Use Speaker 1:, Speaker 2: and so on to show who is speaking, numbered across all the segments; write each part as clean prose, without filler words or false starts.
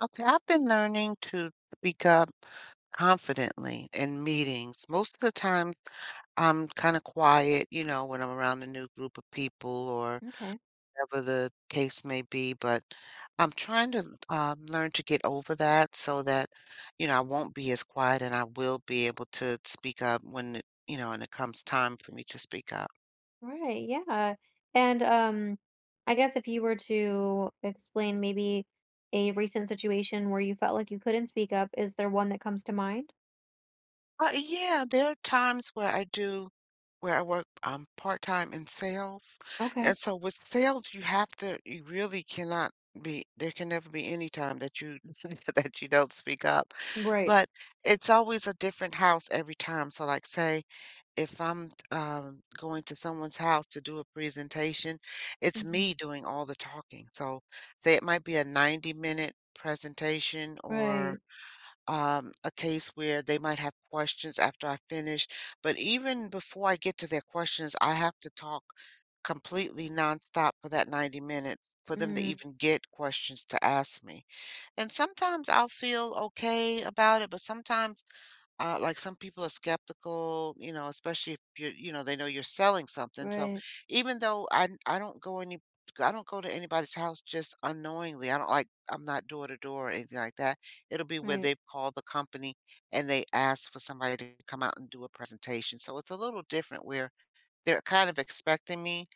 Speaker 1: Okay, I've been learning to speak up confidently in meetings. Most of the time, I'm kind of quiet, you know, when I'm around a new group of people or
Speaker 2: Okay.
Speaker 1: whatever the case may be. But I'm trying to learn to get over that so that, you know, I won't be as quiet and I will be able to speak up when it, you know, and it comes time for me to speak up.
Speaker 2: Right. Yeah. And I guess if you were to explain maybe a recent situation where you felt like you couldn't speak up, is there one that comes to mind?
Speaker 1: Yeah, there are times where I do. Where I work, I'm part-time in sales.
Speaker 2: Okay.
Speaker 1: And so with sales, you have to, you really cannot be, there can never be any time that you that you don't speak up.
Speaker 2: Right.
Speaker 1: But it's always a different house every time. So like say if I'm going to someone's house to do a presentation, it's
Speaker 2: Hmm.
Speaker 1: me doing all the talking. So say it might be a 90-minute presentation or
Speaker 2: Right.
Speaker 1: a case where they might have questions after I finish. But even before I get to their questions, I have to talk completely nonstop for that 90 minutes for them to
Speaker 2: Mm,
Speaker 1: even get questions to ask me. And sometimes I'll feel okay about it, but sometimes like some people are skeptical, you know, especially if you're, you know, they know you're selling something. So
Speaker 2: right.
Speaker 1: even though I don't go to anybody's house just unknowingly. I don't like I'm not door to door or anything like that. It'll be where
Speaker 2: Right.
Speaker 1: they've called the company and they ask for somebody to come out and do a presentation. So it's a little different where they're kind of expecting me,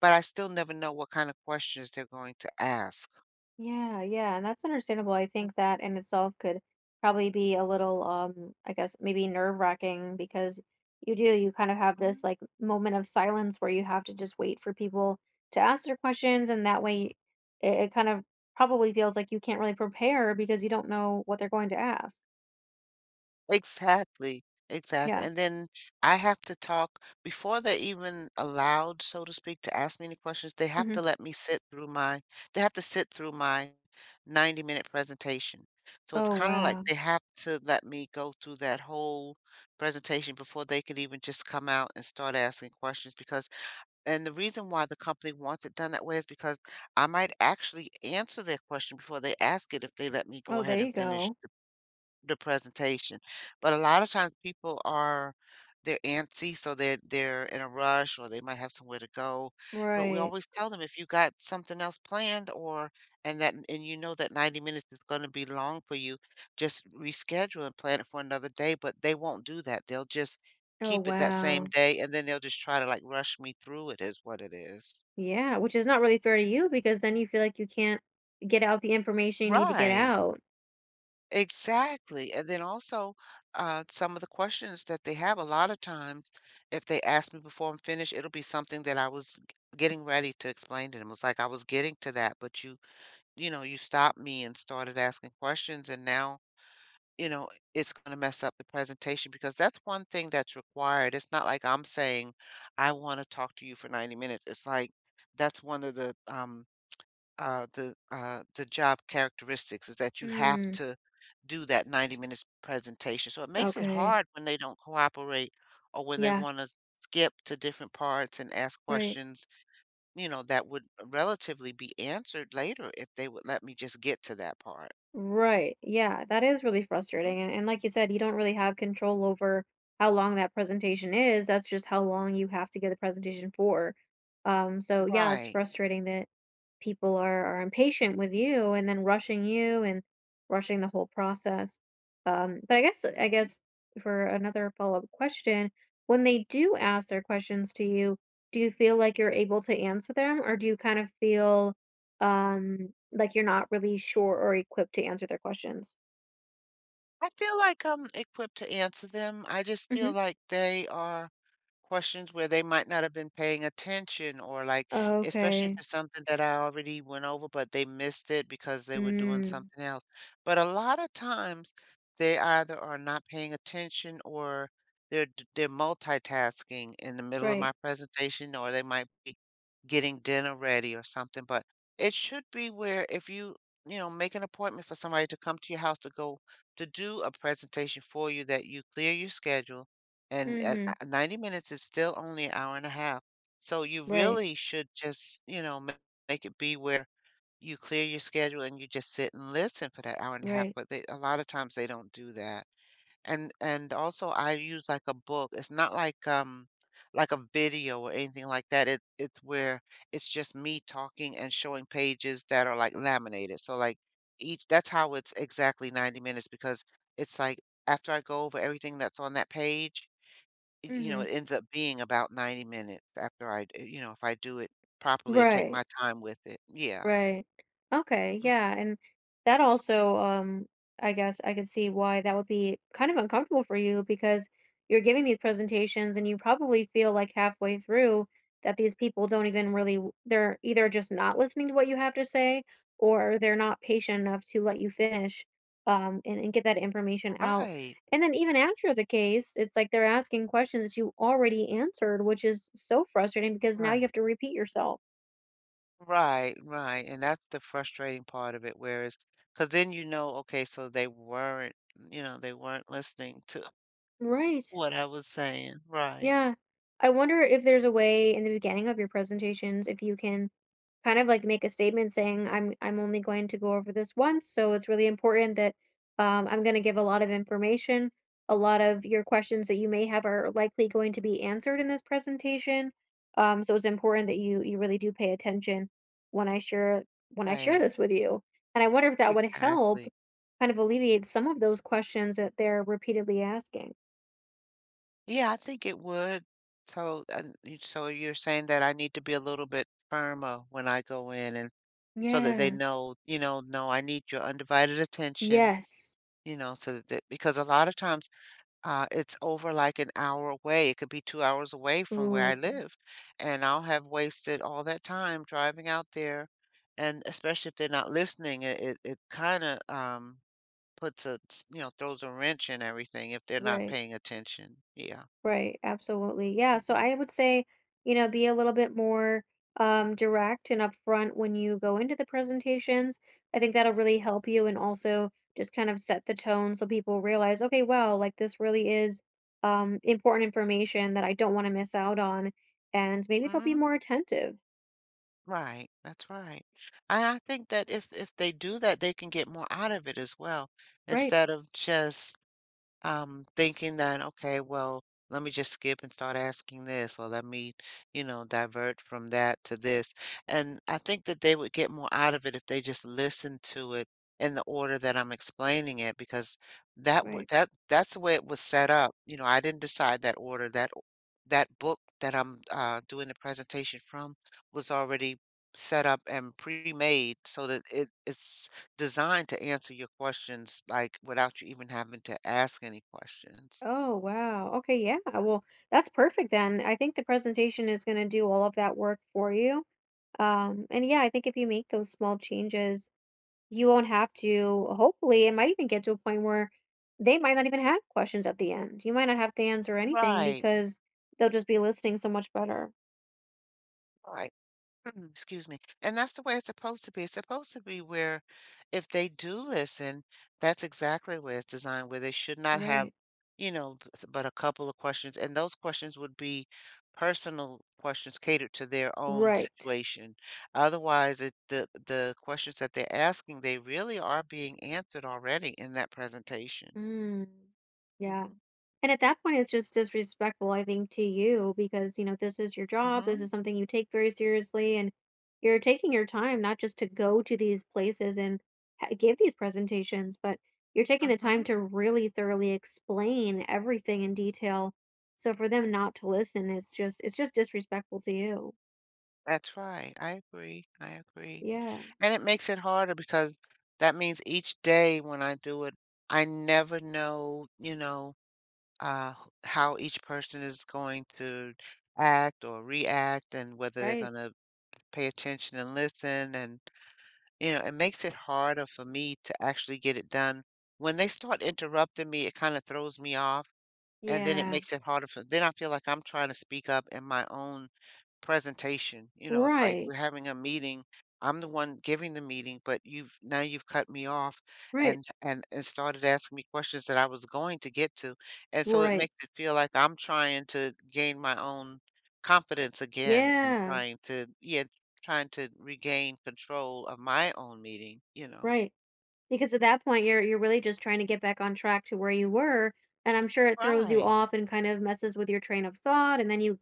Speaker 1: but I still never know what kind of questions they're going to ask.
Speaker 2: Yeah, yeah, and that's understandable. I think that in itself could probably be a little, I guess maybe nerve-wracking because you do, you kind of have this like moment of silence where you have to just wait for people to ask their questions, and that way it kind of probably feels like you can't really prepare because you don't know what they're going to ask.
Speaker 1: Exactly, exactly,
Speaker 2: Yeah.
Speaker 1: and then I have to talk before they're even allowed, so to speak, to ask me any questions, they have
Speaker 2: Hmm.
Speaker 1: to let me sit through my they have to sit through my 90-minute presentation. So it's
Speaker 2: Oh,
Speaker 1: kinda like
Speaker 2: wow.
Speaker 1: they have to let me go through that whole presentation before they can even just come out and start asking questions because and the reason why the company wants it done that way is because I might actually answer that question before they ask it if they let me go
Speaker 2: Oh, there
Speaker 1: ahead
Speaker 2: you
Speaker 1: and finish
Speaker 2: go.
Speaker 1: the presentation. But a lot of times people are they're antsy, so they're in a rush or they might have somewhere to go. But we
Speaker 2: Right.
Speaker 1: always tell them if you got something else planned or and that and you know that 90 minutes is going to be long for you, just reschedule and plan it for another day, but they won't do that. They'll just
Speaker 2: Oh,
Speaker 1: keep it that same
Speaker 2: wow.
Speaker 1: day and then they'll just try to like rush me through it is what it is.
Speaker 2: Yeah, which is not really fair to you because then you feel like you can't get out the information you need to get
Speaker 1: Right.
Speaker 2: out.
Speaker 1: Exactly, and then also, some of the questions that they have a lot of times, if they ask me before I'm finished, it'll be something that getting ready to explain to them. It's like I was getting to that, but you know, you stopped me and started asking questions, and now, you know, it's gonna mess up the presentation because that's one thing that's required. It's not like I'm saying, "I wanna talk to you for 90 minutes." It's like, that's one of the job characteristics is that you have
Speaker 2: Mm,
Speaker 1: to do that 90 minutes presentation. So it makes it
Speaker 2: okay.
Speaker 1: hard when they don't cooperate or when they
Speaker 2: Yeah,
Speaker 1: want to skip to different parts and ask
Speaker 2: right.
Speaker 1: questions, you know, that would relatively be answered later if they would let me just get to that part.
Speaker 2: Right. Yeah, that is really
Speaker 1: Mhm.
Speaker 2: frustrating. And like you said, you don't really have control over how long that presentation is. That's just how long you have to get the presentation for. So yeah, it's
Speaker 1: Right.
Speaker 2: frustrating that people are impatient with you and then rushing you and rushing the whole process. But I guess I
Speaker 1: Mhm.
Speaker 2: guess for another follow-up question, when they do ask their questions to you, do you feel like you're able to answer them, or do you kind of feel um, like you're not really sure or equipped to answer their questions.
Speaker 1: I feel like I'm equipped to answer them. I just feel
Speaker 2: Mhm.
Speaker 1: like they are questions where they might not have been paying attention or like especially if
Speaker 2: Okay.
Speaker 1: it's something that I already went over but they missed it because they were doing
Speaker 2: Mm.
Speaker 1: something else. But a lot of times they either are not paying attention or they're multitasking in the middle of
Speaker 2: Right.
Speaker 1: my presentation or they might be getting dinner ready or something. But it should be where if you, you know, make an appointment for somebody to come to your house to do a presentation for you that you clear your schedule and at
Speaker 2: Mhm.
Speaker 1: 90 minutes is still only an hour and a half. So you
Speaker 2: Right.
Speaker 1: really should just, you know, make it be where you clear your schedule and you just sit and listen for that hour and a half.
Speaker 2: Right.
Speaker 1: But they, a lot of times they don't do that. And also I use like a book. It's not like like a video or anything like that. It it's where it's just me talking and showing pages that are like laminated. So like each that's how it's exactly 90 minutes because it's like after I go over everything that's on that page, y you know,
Speaker 2: Mhm.
Speaker 1: it ends up being about 90 minutes after I d you know, if I do it properly and take
Speaker 2: Right.
Speaker 1: my time with it. Yeah.
Speaker 2: Right. Okay, yeah,
Speaker 1: Mhm.
Speaker 2: and that also, I guess I could see why that would be kind of uncomfortable for you because you're giving these presentations and you probably feel like halfway through that these people don't even really, they're either just not listening to what you have to say or they're not patient enough to let you finish and get that information out.
Speaker 1: Right.
Speaker 2: And then even after the case, it's like they're asking questions that you already answered, which is so frustrating because now you
Speaker 1: Right.
Speaker 2: have to repeat yourself.
Speaker 1: Right, right, and that's the frustrating part of it, whereas, because then you know, okay, so they weren't you know, they weren't listening to
Speaker 2: Right.
Speaker 1: what I was saying. Right.
Speaker 2: Yeah. I wonder if there's a way in the beginning of your presentations if you can kind of like make a statement saying I'm only going to go over this once, so it's really important that I'm going to give a lot of information. A lot of your questions that you may have are likely going to be answered in this presentation. So it's important that you really do pay attention when I share when I share
Speaker 1: Right.
Speaker 2: this with you. And I wonder if that would help
Speaker 1: Exactly.
Speaker 2: kind of alleviate some of those questions that they're repeatedly asking.
Speaker 1: Yeah, I think it would. So, and so you're saying that I need to be a little bit firmer when I go in and so that they
Speaker 2: Yeah.
Speaker 1: know, you know, no, I need your undivided attention,
Speaker 2: Yes.
Speaker 1: you know, so that because a lot of times it's over like an hour away. It could be 2 hours away from where I
Speaker 2: Ooh,
Speaker 1: live, and I'll have wasted all that time driving out there, and especially if they're not listening, it kind of puts a you know throws a wrench in everything if they're not
Speaker 2: right,
Speaker 1: paying attention. Yeah.
Speaker 2: right, absolutely. Yeah, so I would say, you know, be a little bit more direct and upfront when you go into the presentations. I think that'll really help you and also just kind of set the tone so people realize, okay, wow, like this really is important information that I don't want to miss out on. And maybe they'll be
Speaker 1: Hmm.
Speaker 2: more attentive.
Speaker 1: Right, that's right. And I think that if they do that, they can get more out of it as well,
Speaker 2: Right,
Speaker 1: instead of just thinking that, okay, well, let me just skip and start asking this, or let me, you know, divert from that to this. And I think that they would get more out of it if they just listened to it in the order that I'm explaining it, because that would
Speaker 2: right.
Speaker 1: that's the way it was set up. You know, I didn't decide that order. That book that I'm doing the presentation from was already set up and pre-made so that it's designed to answer your questions, like, without you even having to ask any questions.
Speaker 2: Oh, wow. Okay, yeah. Well, that's perfect then. I think the presentation is going to do all of that work for you. And yeah, I think if you make those small changes, you won't have to, hopefully, it might even get to a point where they might not even have questions at the end. You might not have to answer anything
Speaker 1: Right,
Speaker 2: because they'll just be listening so much better.
Speaker 1: right. Excuse me. And that's the way it's supposed to be. It's supposed to be where if they do listen, that's exactly where it's designed, where they should not have,
Speaker 2: Right.
Speaker 1: you know, but a couple of questions. And those questions would be personal questions catered to their own
Speaker 2: Right.
Speaker 1: situation. Otherwise, it, the questions that they're asking, they really are being answered already in that presentation.
Speaker 2: Mm. Yeah.
Speaker 1: Hmm.
Speaker 2: And at that point, it's just disrespectful, I think, to you because, you know, this is your job. This
Speaker 1: Hmm.
Speaker 2: is something you take very seriously. And you're taking your time not just to go to these places and give these presentations, but you're taking the time
Speaker 1: Mhm.
Speaker 2: to really thoroughly explain everything in detail. So for them not to listen, it's just disrespectful to you.
Speaker 1: That's right. I agree. I agree.
Speaker 2: Yeah.
Speaker 1: And it makes it harder because that means each day when I do it, I never know, you know, how each person is going to act or react and whether they're
Speaker 2: Right.
Speaker 1: going to pay attention and listen. And, you know, it makes it harder for me to actually get it done. When they start interrupting me, it kind of throws me off. And then it
Speaker 2: Yeah.
Speaker 1: makes it harder for, then I feel like I'm trying to speak up in my own presentation, you know, it's like we're
Speaker 2: Right.
Speaker 1: having a meeting. I'm the one giving the meeting, but you've cut me off
Speaker 2: Right.
Speaker 1: and and started asking me questions that I was going to get to. And so it
Speaker 2: Right.
Speaker 1: makes it feel like I'm trying to gain my own confidence again and
Speaker 2: Yeah.
Speaker 1: trying to yeah, trying to regain control of my own meeting, you know.
Speaker 2: Right. Because at that point, you're really just trying to get back on track to where you were, and I'm sure it throws you
Speaker 1: Right.
Speaker 2: off and kind of messes with your train of thought, and then you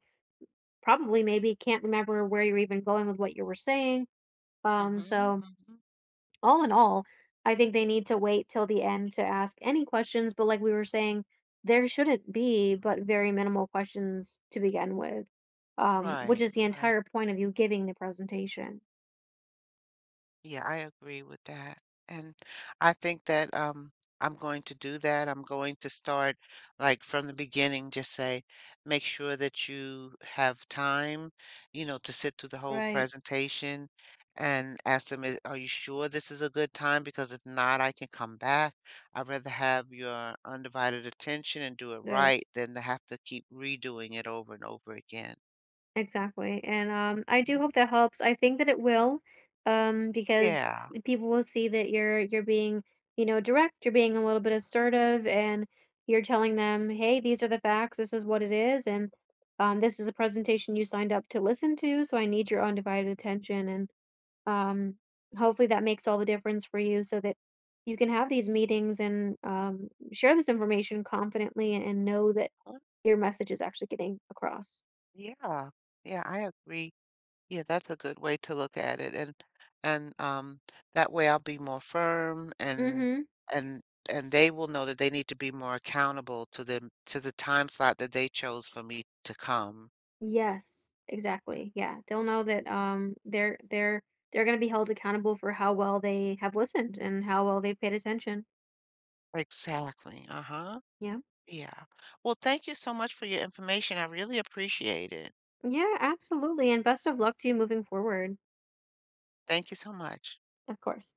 Speaker 2: probably maybe can't remember where you're even going with what you were saying.
Speaker 1: Mhm.
Speaker 2: So
Speaker 1: Mhm.
Speaker 2: all in all, I think they need to wait till the end to ask any questions, but like we were saying, there shouldn't be but very minimal questions to begin with, which
Speaker 1: Right.
Speaker 2: is the
Speaker 1: Right.
Speaker 2: entire point of you giving the presentation.
Speaker 1: Yeah, I agree with that. And I think that I'm going to do that. I'm going to start like from the beginning, just say, make sure that you have time, you know, to sit through the whole
Speaker 2: Right,
Speaker 1: presentation and ask them, "Is- are you sure this is a good time? Because if not, I can come back. I'd rather have your undivided attention and do it
Speaker 2: right.
Speaker 1: right than to have to keep redoing it over and over again.
Speaker 2: Exactly, and, I do
Speaker 1: Mhm.
Speaker 2: hope that helps. I think that it will, because
Speaker 1: Yeah.
Speaker 2: people will see that you're being, you know, direct, you're being a little bit assertive, and you're telling them, "Hey, these are the facts, this is what it is, and, this is a presentation you signed up to listen to, so I need your undivided attention," and, um, hopefully that makes all the difference for you so that you can have these meetings and, share this information confidently and know that
Speaker 1: Uh,
Speaker 2: your message is actually getting across.
Speaker 1: Yeah. Yeah, I agree. Yeah, that's a good way to look at it, and and um, that way I'll be more firm,
Speaker 2: Mhm.
Speaker 1: and and they will know that they need to be more accountable to them to the time slot that they chose for me to come.
Speaker 2: Yes, exactly. Yeah, they'll know that they're going to be held accountable for how well they have listened and how well they've paid attention.
Speaker 1: Exactly. Uh-huh.
Speaker 2: Yeah.
Speaker 1: Yeah. Well, thank you so much for your information. I really appreciate it.
Speaker 2: Yeah, absolutely. And best of luck to you moving forward.
Speaker 1: Thank you so much.
Speaker 2: Of course.